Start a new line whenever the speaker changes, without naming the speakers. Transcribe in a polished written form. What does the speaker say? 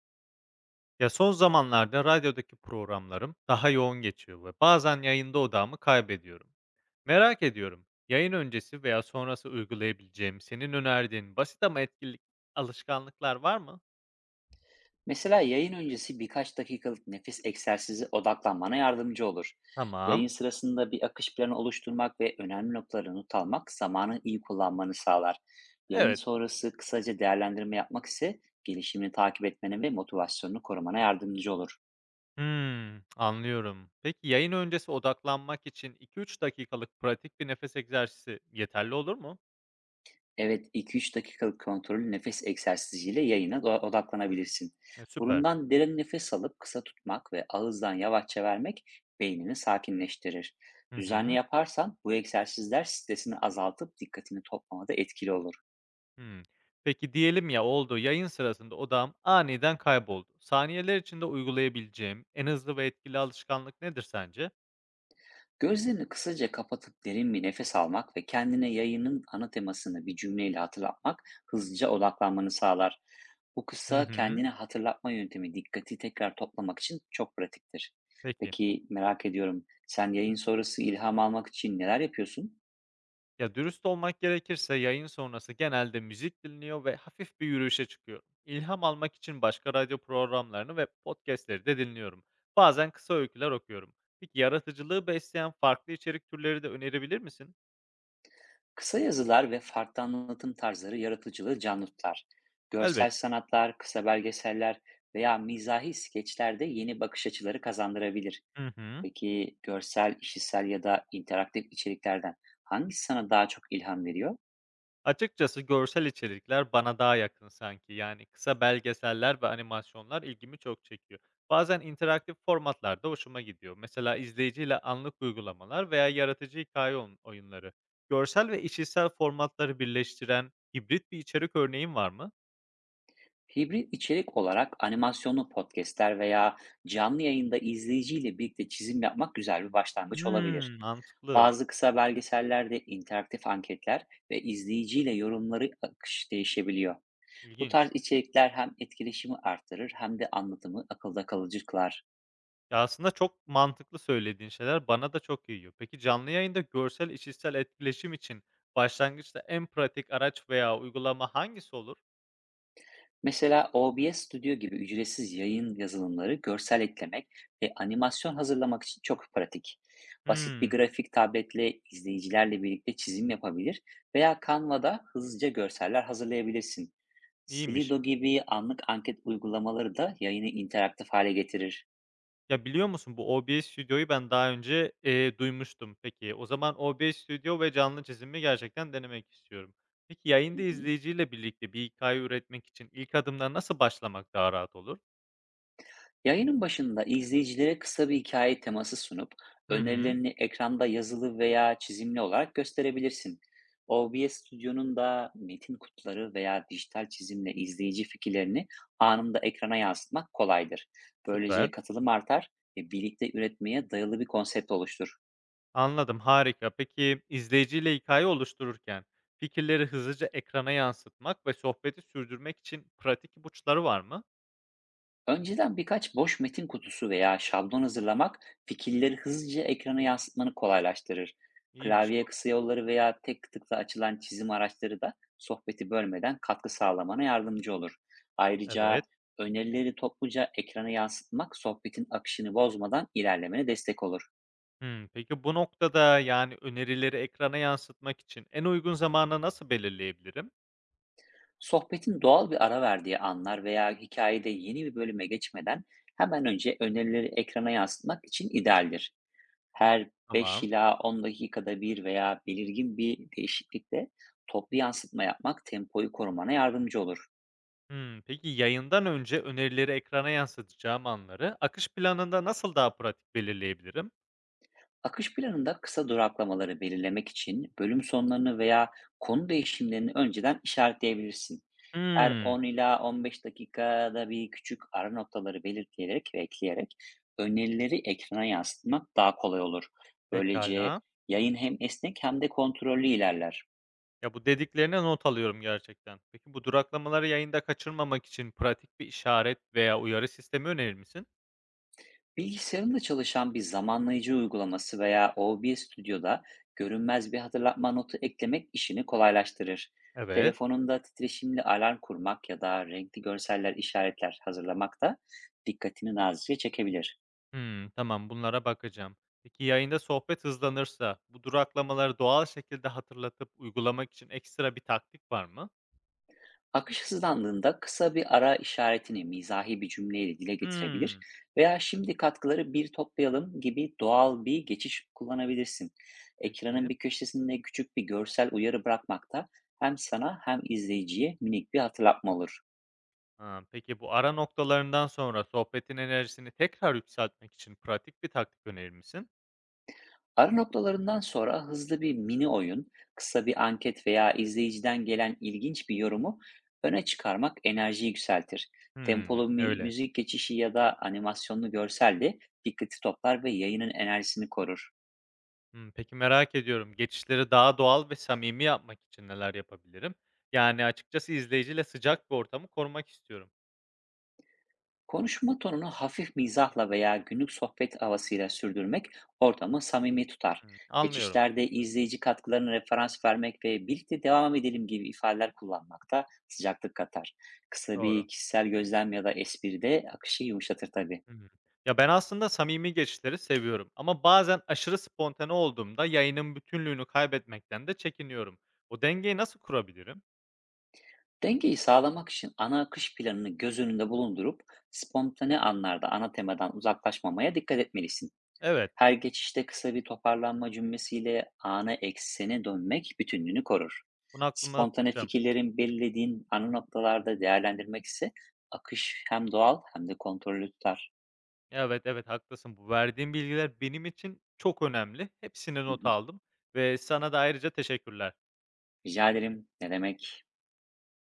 Ya son zamanlarda radyodaki programlarım daha yoğun geçiyor ve bazen yayında odağımı kaybediyorum. Merak ediyorum, yayın öncesi veya sonrası uygulayabileceğim senin önerdiğin basit ama etkili alışkanlıklar var mı?
Mesela yayın öncesi birkaç dakikalık nefes egzersizi odaklanmana yardımcı olur. Yayın
Tamam.
sırasında bir akış planı oluşturmak ve önemli noktaları not almak zamanı iyi kullanmanı sağlar. Yayın
Evet.
sonrası kısaca değerlendirme yapmak ise gelişimini takip etmene ve motivasyonunu korumana yardımcı olur.
Hmm, anlıyorum. Peki yayın öncesi odaklanmak için 2-3 dakikalık pratik bir nefes egzersizi yeterli olur mu?
Evet, 2-3 dakikalık kontrollü nefes egzersiziyle yayına odaklanabilirsin.
Süper.
Burundan derin nefes alıp kısa tutmak ve ağızdan yavaşça vermek beynini sakinleştirir.
Hı
Düzenli
hı.
yaparsan bu egzersizler stresini azaltıp dikkatini toplamada etkili olur.
Hımm. Peki diyelim ya oldu, yayın sırasında odağım aniden kayboldu. Saniyeler içinde uygulayabileceğim en hızlı ve etkili alışkanlık nedir sence?
Gözlerini kısaca kapatıp derin bir nefes almak ve kendine yayının ana temasını bir cümleyle hatırlatmak hızlıca odaklanmanı sağlar. Bu
Hı
kısa
hı.
kendine hatırlatma yöntemi dikkati tekrar toplamak için çok pratiktir.
Peki.
Peki, merak ediyorum, sen yayın sonrası ilham almak için neler yapıyorsun?
Ya, dürüst olmak gerekirse yayın sonrası genelde müzik dinliyor ve hafif bir yürüyüşe çıkıyorum. İlham almak için başka radyo programlarını ve podcast'leri de dinliyorum. Bazen kısa öyküler okuyorum. Peki yaratıcılığı besleyen farklı içerik türleri de önerebilir misin?
Kısa yazılar ve farklı anlatım tarzları yaratıcılığı canlı tutar. Görsel
Elbette.
sanatlar, kısa belgeseller veya mizahi skeçlerde yeni bakış açıları kazandırabilir.
Hı hı.
Peki görsel, işitsel ya da interaktif içeriklerden hangisi sana daha çok ilham veriyor?
Açıkçası görsel içerikler bana daha yakın sanki. Yani kısa belgeseller ve animasyonlar ilgimi çok çekiyor. Bazen interaktif formatlar da hoşuma gidiyor. Mesela izleyiciyle anlık uygulamalar veya yaratıcı hikaye oyunları. Görsel ve işitsel formatları birleştiren hibrit bir içerik örneğin var mı?
Hibrit içerik olarak animasyonlu podcastler veya canlı yayında izleyiciyle birlikte çizim yapmak güzel bir başlangıç olabilir.
Hmm, mantıklı.
Bazı kısa belgesellerde interaktif anketler ve izleyiciyle yorumları akış değişebiliyor. Bu
İlginç.
tarz içerikler hem etkileşimi artırır hem de anlatımı akılda kalıcı kılar.
Ya, aslında çok mantıklı söylediğin şeyler bana da çok iyi geliyor. Peki canlı yayında görsel işitsel etkileşim için başlangıçta en pratik araç veya uygulama hangisi olur?
Mesela OBS Studio gibi ücretsiz yayın yazılımları görsel eklemek ve animasyon hazırlamak için çok pratik. Basit bir
Hmm,
grafik tabletle izleyicilerle birlikte çizim yapabilir veya Canva'da hızlıca görseller hazırlayabilirsin.
iyiymiş.
Slido gibi anlık anket uygulamaları da yayını interaktif hale getirir.
Ya, biliyor musun bu OBS Studio'yu ben daha önce, duymuştum. Peki, o zaman OBS Studio ve canlı çizimi gerçekten denemek istiyorum. Peki,
Hı
yayında
hı.
izleyiciyle birlikte bir hikâye üretmek için ilk adımda nasıl başlamak daha rahat olur?
Yayının başında izleyicilere kısa bir hikaye teması sunup
Hı hı,
önerilerini ekranda yazılı veya çizimli olarak gösterebilirsin. OBS Studio'nun da metin kutuları veya dijital çizimle izleyici fikirlerini anında ekrana yansıtmak kolaydır.
süper.
Böylece katılım artar ve birlikte üretmeye dayalı bir konsept oluştur.
Anladım, harika. Peki, izleyiciyle hikâye oluştururken fikirleri hızlıca ekrana yansıtmak ve sohbeti sürdürmek için pratik ipuçları var mı?
Önceden birkaç boş metin kutusu veya şablon hazırlamak fikirleri hızlıca ekrana yansıtmanı kolaylaştırır.
İyiymiş
Klavye
bu.
kısa yolları veya tek tıkla açılan çizim araçları da sohbeti bölmeden katkı sağlamana yardımcı olur. Ayrıca
Evet.
önerileri topluca ekrana yansıtmak sohbetin akışını bozmadan ilerlemene destek olur.
Hımm. Peki bu noktada, yani, önerileri ekrana yansıtmak için en uygun zamanı nasıl belirleyebilirim?
Sohbetin doğal bir ara verdiği anlar veya hikayede yeni bir bölüme geçmeden hemen önce önerileri ekrana yansıtmak için idealdir. Her 5
Tamam.
ila 10 dakikada bir veya belirgin bir değişiklikte toplu yansıtma yapmak tempoyu korumana yardımcı olur.
Hımm. Peki yayından önce önerileri ekrana yansıtacağım anları akış planında nasıl daha pratik belirleyebilirim?
Akış planında kısa duraklamaları belirlemek için bölüm sonlarını veya konu değişimlerini önceden işaretleyebilirsin. Her
Hımm.
10 ila 15 dakikada bir küçük ara noktaları belirleyerek ve ekleyerek önerileri ekrana yansıtmak daha kolay olur. Böylece
Pekala.
yayın hem esnek hem de kontrollü ilerler.
Ya, bu dediklerine not alıyorum gerçekten. Peki bu duraklamaları yayında kaçırmamak için pratik bir işaret veya uyarı sistemi önerir misin?
Bilgisayarında çalışan bir zamanlayıcı uygulaması veya OBS Studio'da görünmez bir hatırlatma notu eklemek işini kolaylaştırır.
Evet.
Telefonunda titreşimli alarm kurmak ya da renkli görseller işaretler hazırlamak da dikkatini nazikçe çekebilir.
Hımm, tamam, bunlara bakacağım. Peki yayında sohbet hızlanırsa bu duraklamaları doğal şekilde hatırlatıp uygulamak için ekstra bir taktik var mı?
Akış hızlandığında kısa bir ara işaretini mizahi bir cümleyle dile getirebilir
Hımm,
veya şimdi katkıları bir toplayalım gibi doğal bir geçiş kullanabilirsin. Ekranın
peki.
bir köşesinde küçük bir görsel uyarı bırakmak da hem sana hem izleyiciye minik bir hatırlatma olur.
Ha, peki bu ara noktalarından sonra sohbetin enerjisini tekrar yükseltmek için pratik bir taktik önerir misin?
Ara noktalarından sonra hızlı bir mini oyun, kısa bir anket veya izleyiciden gelen ilginç bir yorumu öne çıkarmak enerjiyi yükseltir.
Hımm,
Tempolu
öyle.
müzik geçişi ya da animasyonlu görsel de dikkati toplar ve yayının enerjisini korur.
Hımm, peki merak ediyorum, geçişleri daha doğal ve samimi yapmak için neler yapabilirim? Yani açıkçası izleyiciyle sıcak bir ortamı korumak istiyorum.
Konuşma tonunu hafif mizahla veya günlük sohbet havasıyla sürdürmek ortamı samimi tutar.
Hımm, anlıyorum.
Geçişlerde izleyici katkılarına referans vermek ve birlikte devam edelim gibi ifadeler kullanmak da sıcaklık katar. Kısa
Doğru.
bir kişisel gözlem ya da espri de akışı yumuşatır tabii.
Hımm. Ya, ben aslında samimi geçişleri seviyorum ama bazen aşırı spontane olduğumda yayının bütünlüğünü kaybetmekten de çekiniyorum. O dengeyi nasıl kurabilirim?
Dengeyi sağlamak için ana akış planını göz önünde bulundurup spontane anlarda ana temadan uzaklaşmamaya dikkat etmelisin.
Evet,
Her geçişte kısa bir toparlanma cümlesiyle ana eksene dönmek bütünlüğünü korur.
bunu aklımda
Spontane
tutacağım.
fikirlerin belirlediğin ana noktalarda değerlendirmek ise akış hem doğal hem de kontrollü tutar.
Evet, evet, haklısın. Bu verdiğin bilgiler benim için çok önemli. Hepsini
Hı
not
hı.
aldım ve sana da ayrıca teşekkürler.
Rica ederim. Ne demek?